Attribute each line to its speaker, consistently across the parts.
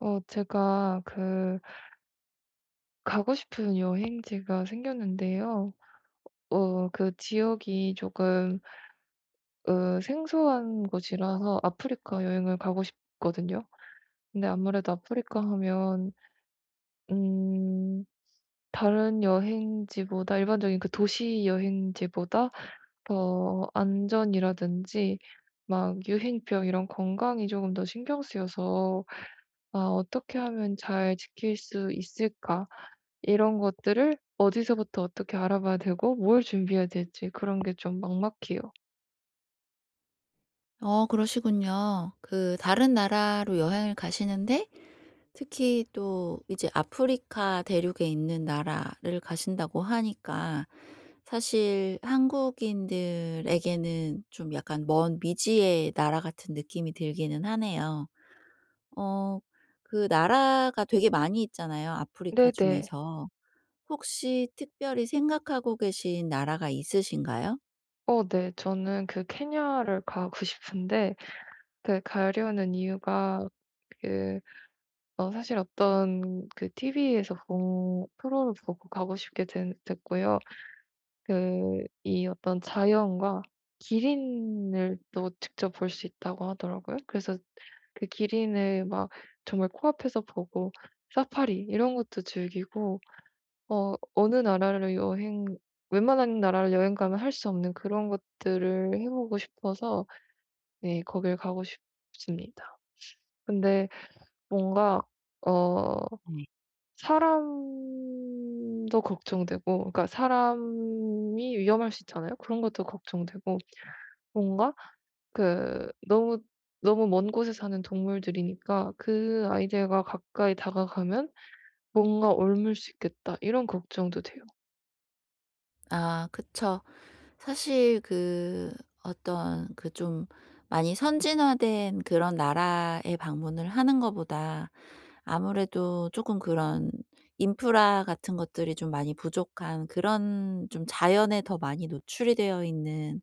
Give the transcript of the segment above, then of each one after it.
Speaker 1: 제가 그 가고 싶은 여행지가 생겼는데요. 그 지역이 조금 생소한 곳이라서 아프리카 여행을 가고 싶거든요. 근데 아무래도 아프리카 하면 음, 다른 여행지보다 일반적인 그 도시 여행지보다 더 안전이라든지 막 유행병 이런 건강이 조금 더 신경 쓰여서 어떻게 하면 잘 지킬 수 있을까? 이런 것들을 어디서부터 어떻게 알아봐야 되고 뭘 준비해야 될지 그런 게 좀 막막해요.
Speaker 2: 그러시군요. 그 다른 나라로 여행을 가시는데 특히 또 이제 아프리카 대륙에 있는 나라를 가신다고 하니까 사실 한국인들에게는 좀 약간 먼 미지의 나라 같은 느낌이 들기는 하네요. 어 그 나라가 되게 많이 있잖아요, 아프리카
Speaker 1: 네네.
Speaker 2: 중에서. 혹시 특별히 생각하고 계신 나라가 있으신가요?
Speaker 1: 어 네. 저는 그 케냐를 가고 싶은데 그 가려는 이유가 그 어 사실 어떤 그 TV에서 본 프로를 보고 가고 싶게 된 됐고요. 그 이 어떤 자연과 기린을 또 직접 볼 수 있다고 하더라고요. 그래서 그 기린을 막 정말 코앞에서 보고 사파리 이런 것도 즐기고 어 어느 나라를 여행 웬만한 나라를 여행 가면 할 수 없는 그런 것들을 해 보고 싶어서 네 거길 가고 싶습니다. 근데 뭔가 어 사람도 걱정되고 그러니까 사람이 위험할 수 있잖아요. 그런 것도 걱정되고 뭔가 그 너무 너무 먼 곳에 사는 동물들이니까 '그 아이들과 가까이 다가가면 뭔가 옮을 수 있겠다.' 이런 걱정도 돼요.
Speaker 2: 아 그쵸. 사실 그 어떤 그 좀 많이 선진화된 그런 나라에 방문을 하는 것보다 아무래도 조금 그런 인프라 같은 것들이 좀 많이 부족한 그런 좀 자연에 더 많이 노출이 되어 있는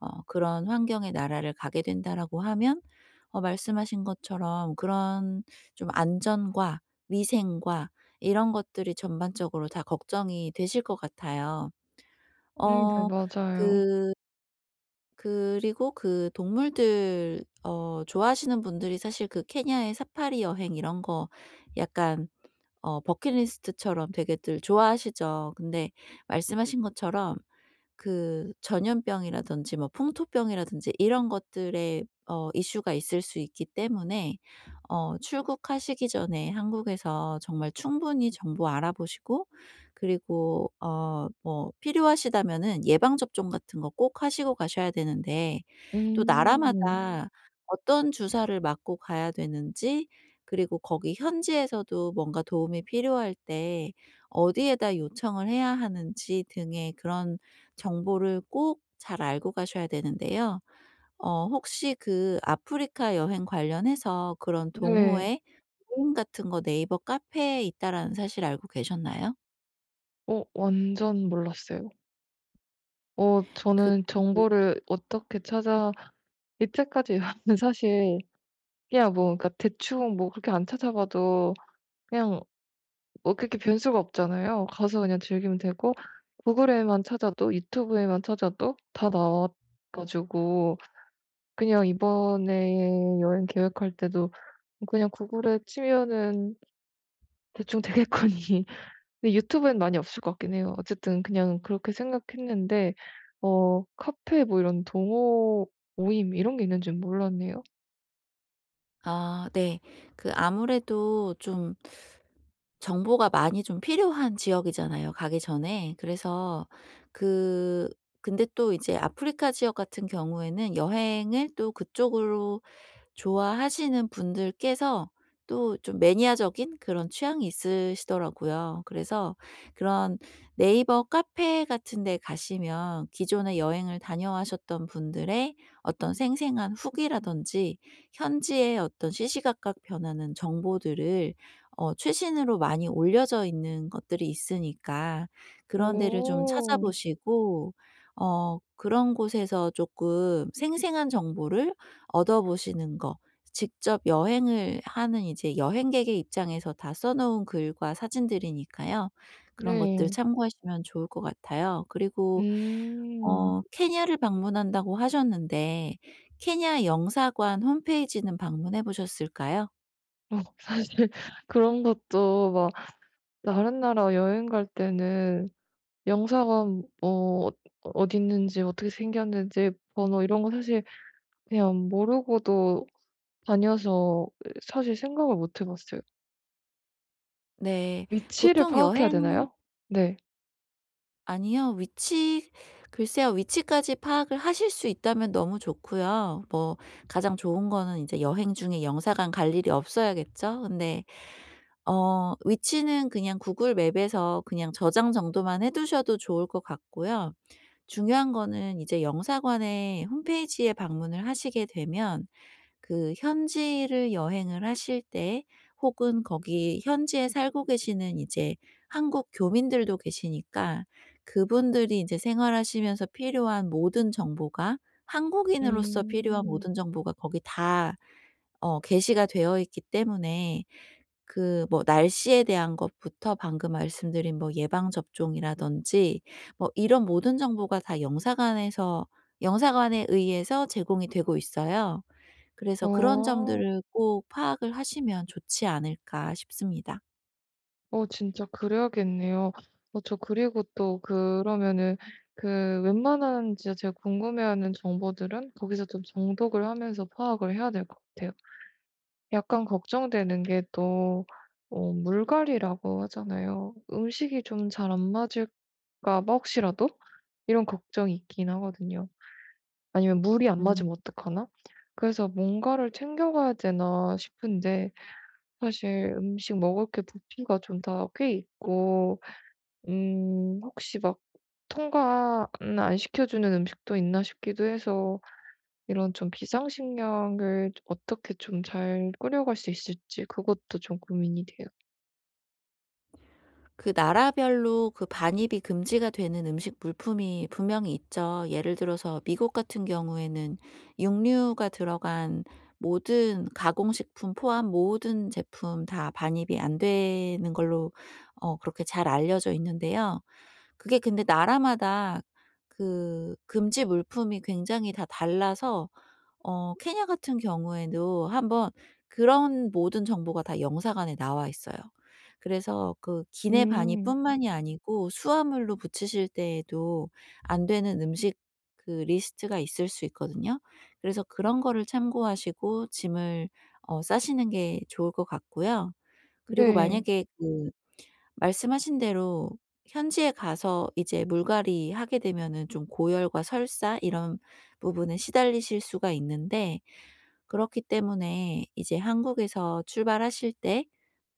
Speaker 2: 그런 환경의 나라를 가게 된다라고 하면 말씀하신 것처럼 그런 좀 안전과 위생과 이런 것들이 전반적으로 다 걱정이 되실 것 같아요.
Speaker 1: 네
Speaker 2: 어
Speaker 1: 맞아요.
Speaker 2: 그리고 그 동물들 좋아하시는 분들이 사실 그 케냐의 사파리 여행 이런 거 약간 버킷리스트처럼 되게들 좋아하시죠. 근데 말씀하신 것처럼 그 전염병이라든지 뭐 풍토병이라든지 이런 것들의 이슈가 있을 수 있기 때문에 출국하시기 전에 한국에서 정말 충분히 정보 알아보시고, 그리고 뭐 필요하시다면은 예방 접종 같은 거 꼭 하시고 가셔야 되는데, 또
Speaker 1: 음.
Speaker 2: 나라마다 어떤 주사를 맞고 가야 되는지, 그리고 거기 현지에서도 뭔가 도움이 필요할 때 어디에다 요청을 해야 하는지 등의 그런 정보를 꼭 잘 알고 가셔야 되는데요. 혹시 그 아프리카 여행 관련해서 그런
Speaker 1: 네.
Speaker 2: 동호회 모임 같은 거 네이버 카페에 있다라는 사실 알고 계셨나요?
Speaker 1: 어 완전 몰랐어요. 어
Speaker 2: 그
Speaker 1: 저는 정보를 어떻게 찾아 이때까지 사실 그냥 뭐 그러니까 대충 뭐 그렇게 안 찾아봐도 그냥 뭐 그렇게 변수가 없잖아요. 가서 그냥 즐기면 되고 구글에만 찾아도 유튜브에만 찾아도 다 나와 가지고 그냥 이번에 여행 계획할 때도 그냥 구글에 치면은 대충 되겠거니. 근데 유튜브엔 많이 없을 것 같긴 해요. 어쨌든 그냥 그렇게 생각했는데 어 카페 뭐 이런 동호 모임 이런 게 있는 줄은 몰랐네요.
Speaker 2: 아 네. 그 아무래도 좀 정보가 많이 좀 필요한 지역이잖아요, 가기 전에. 그래서 그 근데 또 이제 아프리카 지역 같은 경우에는 여행을 또 그쪽으로 좋아하시는 분들께서 또 좀 매니아적인 그런 취향이 있으시더라고요. 그래서 그런 네이버 카페 같은 데 가시면 기존에 여행을 다녀와셨던 분들의 어떤 생생한 후기라든지, 현지의 어떤 시시각각 변하는 정보들을 최신으로 많이 올려져 있는 것들이 있으니까, 그런 데를 좀
Speaker 1: 어.
Speaker 2: 찾아보시고 그런 곳에서 조금 생생한 정보를 얻어보시는 거, 직접 여행을 하는 이제 여행객의 입장에서 다 써 놓은 글과 사진들이니까요. 그런 것들
Speaker 1: 네.
Speaker 2: 참고하시면 좋을 것 같아요. 그리고
Speaker 1: 음.
Speaker 2: 케냐를 방문한다고 하셨는데, 케냐 영사관 홈페이지는 방문해 보셨을까요?
Speaker 1: 어 사실 그런 것도 막 다른 나라 여행 갈 때는 영사관 뭐 어디 있는지 어떻게 생겼는지 번호 이런 거 사실 그냥 모르고도 다녀서 사실 생각을 못 해 봤어요.
Speaker 2: 네.
Speaker 1: 위치를
Speaker 2: 보통
Speaker 1: 파악해야
Speaker 2: 여행.
Speaker 1: 되나요? 네.
Speaker 2: 아니요. 위치. 글쎄요. 위치까지 파악을 하실 수 있다면 너무 좋고요. 뭐 가장 좋은 거는 이제 여행 중에 영사관 갈 일이 없어야겠죠. 근데 위치는 그냥 구글 맵에서 그냥 저장 정도만 해 두셔도 좋을 것 같고요. 중요한 거는 이제 영사관의 홈페이지에 방문을 하시게 되면, 그 현지를 여행을 하실 때, 혹은 거기 현지에 살고 계시는 이제 한국 교민들도 계시니까 그분들이 이제 생활하시면서 필요한 모든 정보가, 한국인으로서 필요한
Speaker 1: 음.
Speaker 2: 모든 정보가 거기 다 게시가 되어 있기 때문에, 그 뭐 날씨에 대한 것부터 방금 말씀드린 뭐 예방 접종이라든지 뭐 이런 모든 정보가 다 영사관에 의해서 제공이 되고 있어요. 그래서 그런
Speaker 1: 아.
Speaker 2: 점들을 꼭 파악을 하시면 좋지 않을까 싶습니다.
Speaker 1: 어 진짜 그래야겠네요. 어 저 그리고 또 그러면은 그 웬만한 진짜 제가 궁금해하는 정보들은 거기서 좀 정독을 하면서 파악을 해야 될 것 같아요. 약간 걱정되는 게 또 어 물갈이라고 하잖아요. '음식이 좀 잘 안 맞을까 봐 혹시라도?' 이런 걱정이 있긴 하거든요. 아니면 '물이 안
Speaker 2: 음.
Speaker 1: 맞으면 어떡하나?' 그래서 뭔가를 챙겨가야 되나 싶은데 사실 음식 먹을 게 부피가 좀 다 꽤 있고 혹시 막통는안 시켜주는 음식도 있나 싶기도 해서 이런 좀 비상식량을 어떻게 좀 잘 꾸려갈 수 있을지 그것도 좀 고민이 돼요.
Speaker 2: 그 나라별로 그 반입이 금지가 되는 음식 물품이 분명히 있죠. 예를 들어서 미국 같은 경우에는 육류가 들어간 모든 가공식품 포함 모든 제품 다 반입이 안 되는 걸로 그렇게 잘 알려져 있는데요. 그게 근데 나라마다 그 금지 물품이 굉장히 다 달라서 케냐 같은 경우에도 한번, 그런 모든 정보가 다 영사관에 나와 있어요. 그래서 그 기내
Speaker 1: 음
Speaker 2: 반입뿐만이 아니고 수화물로 붙이실 때에도 안 되는 음식, 그 리스트가 있을 수 있거든요. 그래서 그런 거를 참고하시고 짐을 싸시는 게 좋을 것 같고요. 그리고
Speaker 1: 네.
Speaker 2: 만약에 그 말씀하신 대로 현지에 가서 이제 물갈이 하게 되면은 좀 고열과 설사, 이런 부분에 시달리실 수가 있는데, 그렇기 때문에 이제 한국에서 출발하실 때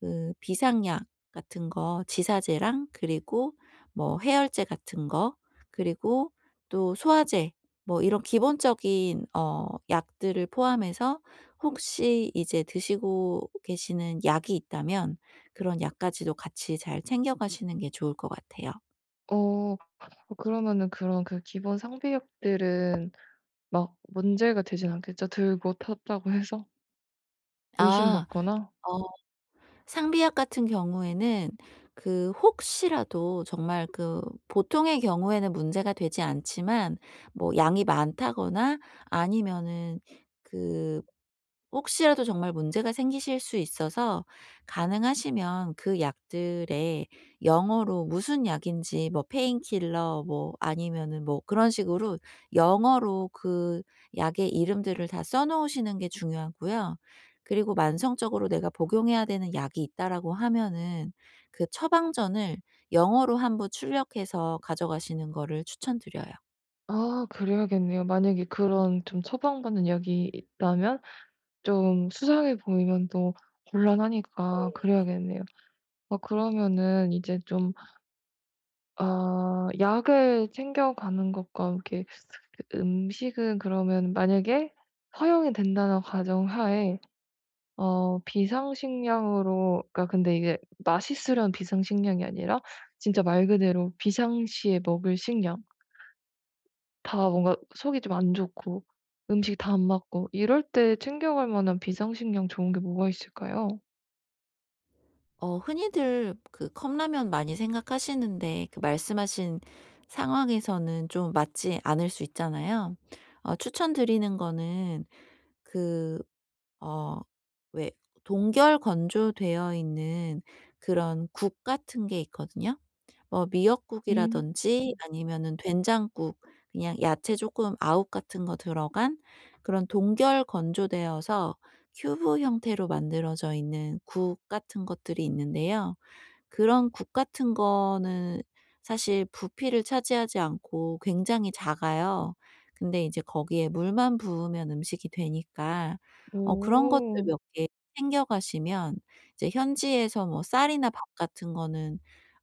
Speaker 2: 그 비상약 같은 거 지사제랑, 그리고 뭐 해열제 같은 거, 그리고 또 소화제, 뭐 이런 기본적인 약들을 포함해서 혹시 이제 드시고 계시는 약이 있다면 그런 약까지도 같이 잘 챙겨 가시는 게 좋을 것 같아요.
Speaker 1: 어 그러면은 그런 그 기본 상비약들은 막 문제가 되진 않겠죠? 들고 탔다고 해서
Speaker 2: 아.
Speaker 1: 의심받거나?
Speaker 2: 어. 상비약 같은 경우에는 그 혹시라도 정말 그, 보통의 경우에는 문제가 되지 않지만, 뭐 양이 많다거나 아니면은 그 혹시라도 정말 문제가 생기실 수 있어서 가능하시면 그 약들에 영어로 무슨 약인지, 뭐 페인킬러 뭐 아니면은 뭐 그런 식으로 영어로 그 약의 이름들을 다 써 놓으시는 게 중요하고요. 그리고 만성적으로 내가 복용해야 되는 약이 있다라고 하면은 그 처방전을 영어로 한부 출력해서 가져가시는 거를 추천드려요.
Speaker 1: 아 그래야겠네요. 만약에 그런 좀 처방받는 약이 있다면? 좀 수상해 보이면 또 곤란하니까 그래야겠네요. 어 그러면은 이제 좀 아 약을 챙겨가는 것과 이렇게 그 음식은 그러면 만약에 허용이 된다는 가정하에 어 비상식량으로 그러니까 근데 이게 맛있으려는 비상식량이 아니라 진짜 말 그대로 비상시에 먹을 식량 다 뭔가 속이 좀 안 좋고 음식 다 안 맞고 이럴 때 챙겨갈 만한 비상식량 좋은 게 뭐가 있을까요?
Speaker 2: 흔히들 그 컵라면 많이 생각하시는데, 그 말씀하신 상황에서는 좀 맞지 않을 수 있잖아요. 추천드리는 거는 그 어 왜, 동결 건조되어 있는 그런 국 같은 게 있거든요. 뭐
Speaker 1: 음.
Speaker 2: 미역국이라든지 아니면은 된장국, 그냥 야채 조금 아욱 같은 거 들어간 그런 동결 건조되어서 큐브 형태로 만들어져 있는 국 같은 것들이 있는데요. 그런 국 같은 거는 사실 부피를 차지하지 않고 굉장히 작아요. 근데 이제 거기에 물만 부으면 음식이 되니까 그런 것들
Speaker 1: 오.
Speaker 2: 몇 개 챙겨 가시면 이제 현지에서 뭐 쌀이나 밥 같은 거는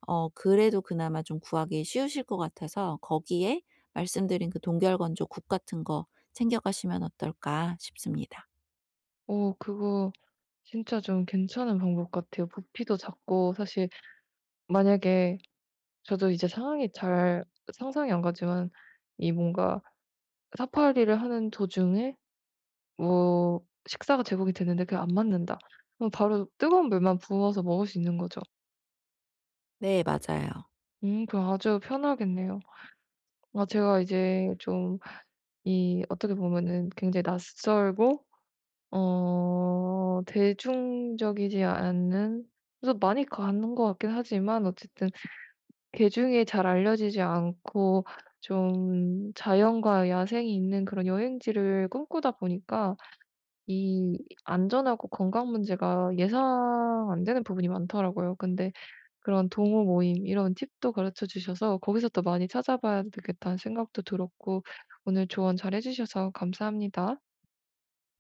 Speaker 2: 그래도 그나마 좀 구하기 쉬우실 것 같아서 거기에 말씀드린 그 동결건조 국 같은 거 챙겨 가시면 어떨까 싶습니다.
Speaker 1: 오 그거 진짜 좀 괜찮은 방법 같아요. 부피도 작고 사실 만약에 저도 이제 상황이 잘 상상이 안 가지만 이 뭔가 사파리를 하는 도중에 뭐 식사가 제공이 됐는데 그게 안 맞는다. 그럼 바로 뜨거운 물만 부어서 먹을 수 있는 거죠.
Speaker 2: 네 맞아요.
Speaker 1: 그럼 아주 편하겠네요. 아 제가 이제 좀 이 어떻게 보면은 굉장히 낯설고 어 대중적이지 않은 그래서 많이 가는 것 같긴 하지만 어쨌든 개중에 잘 알려지지 않고 좀 자연과 야생이 있는 그런 여행지를 꿈꾸다 보니까 이 안전하고 건강 문제가 예상 안 되는 부분이 많더라고요. 근데 그런 동호 모임 이런 팁도 가르쳐 주셔서 거기서 더 많이 찾아봐야 되겠다는 생각도 들었고 오늘 조언 잘해 주셔서 감사합니다.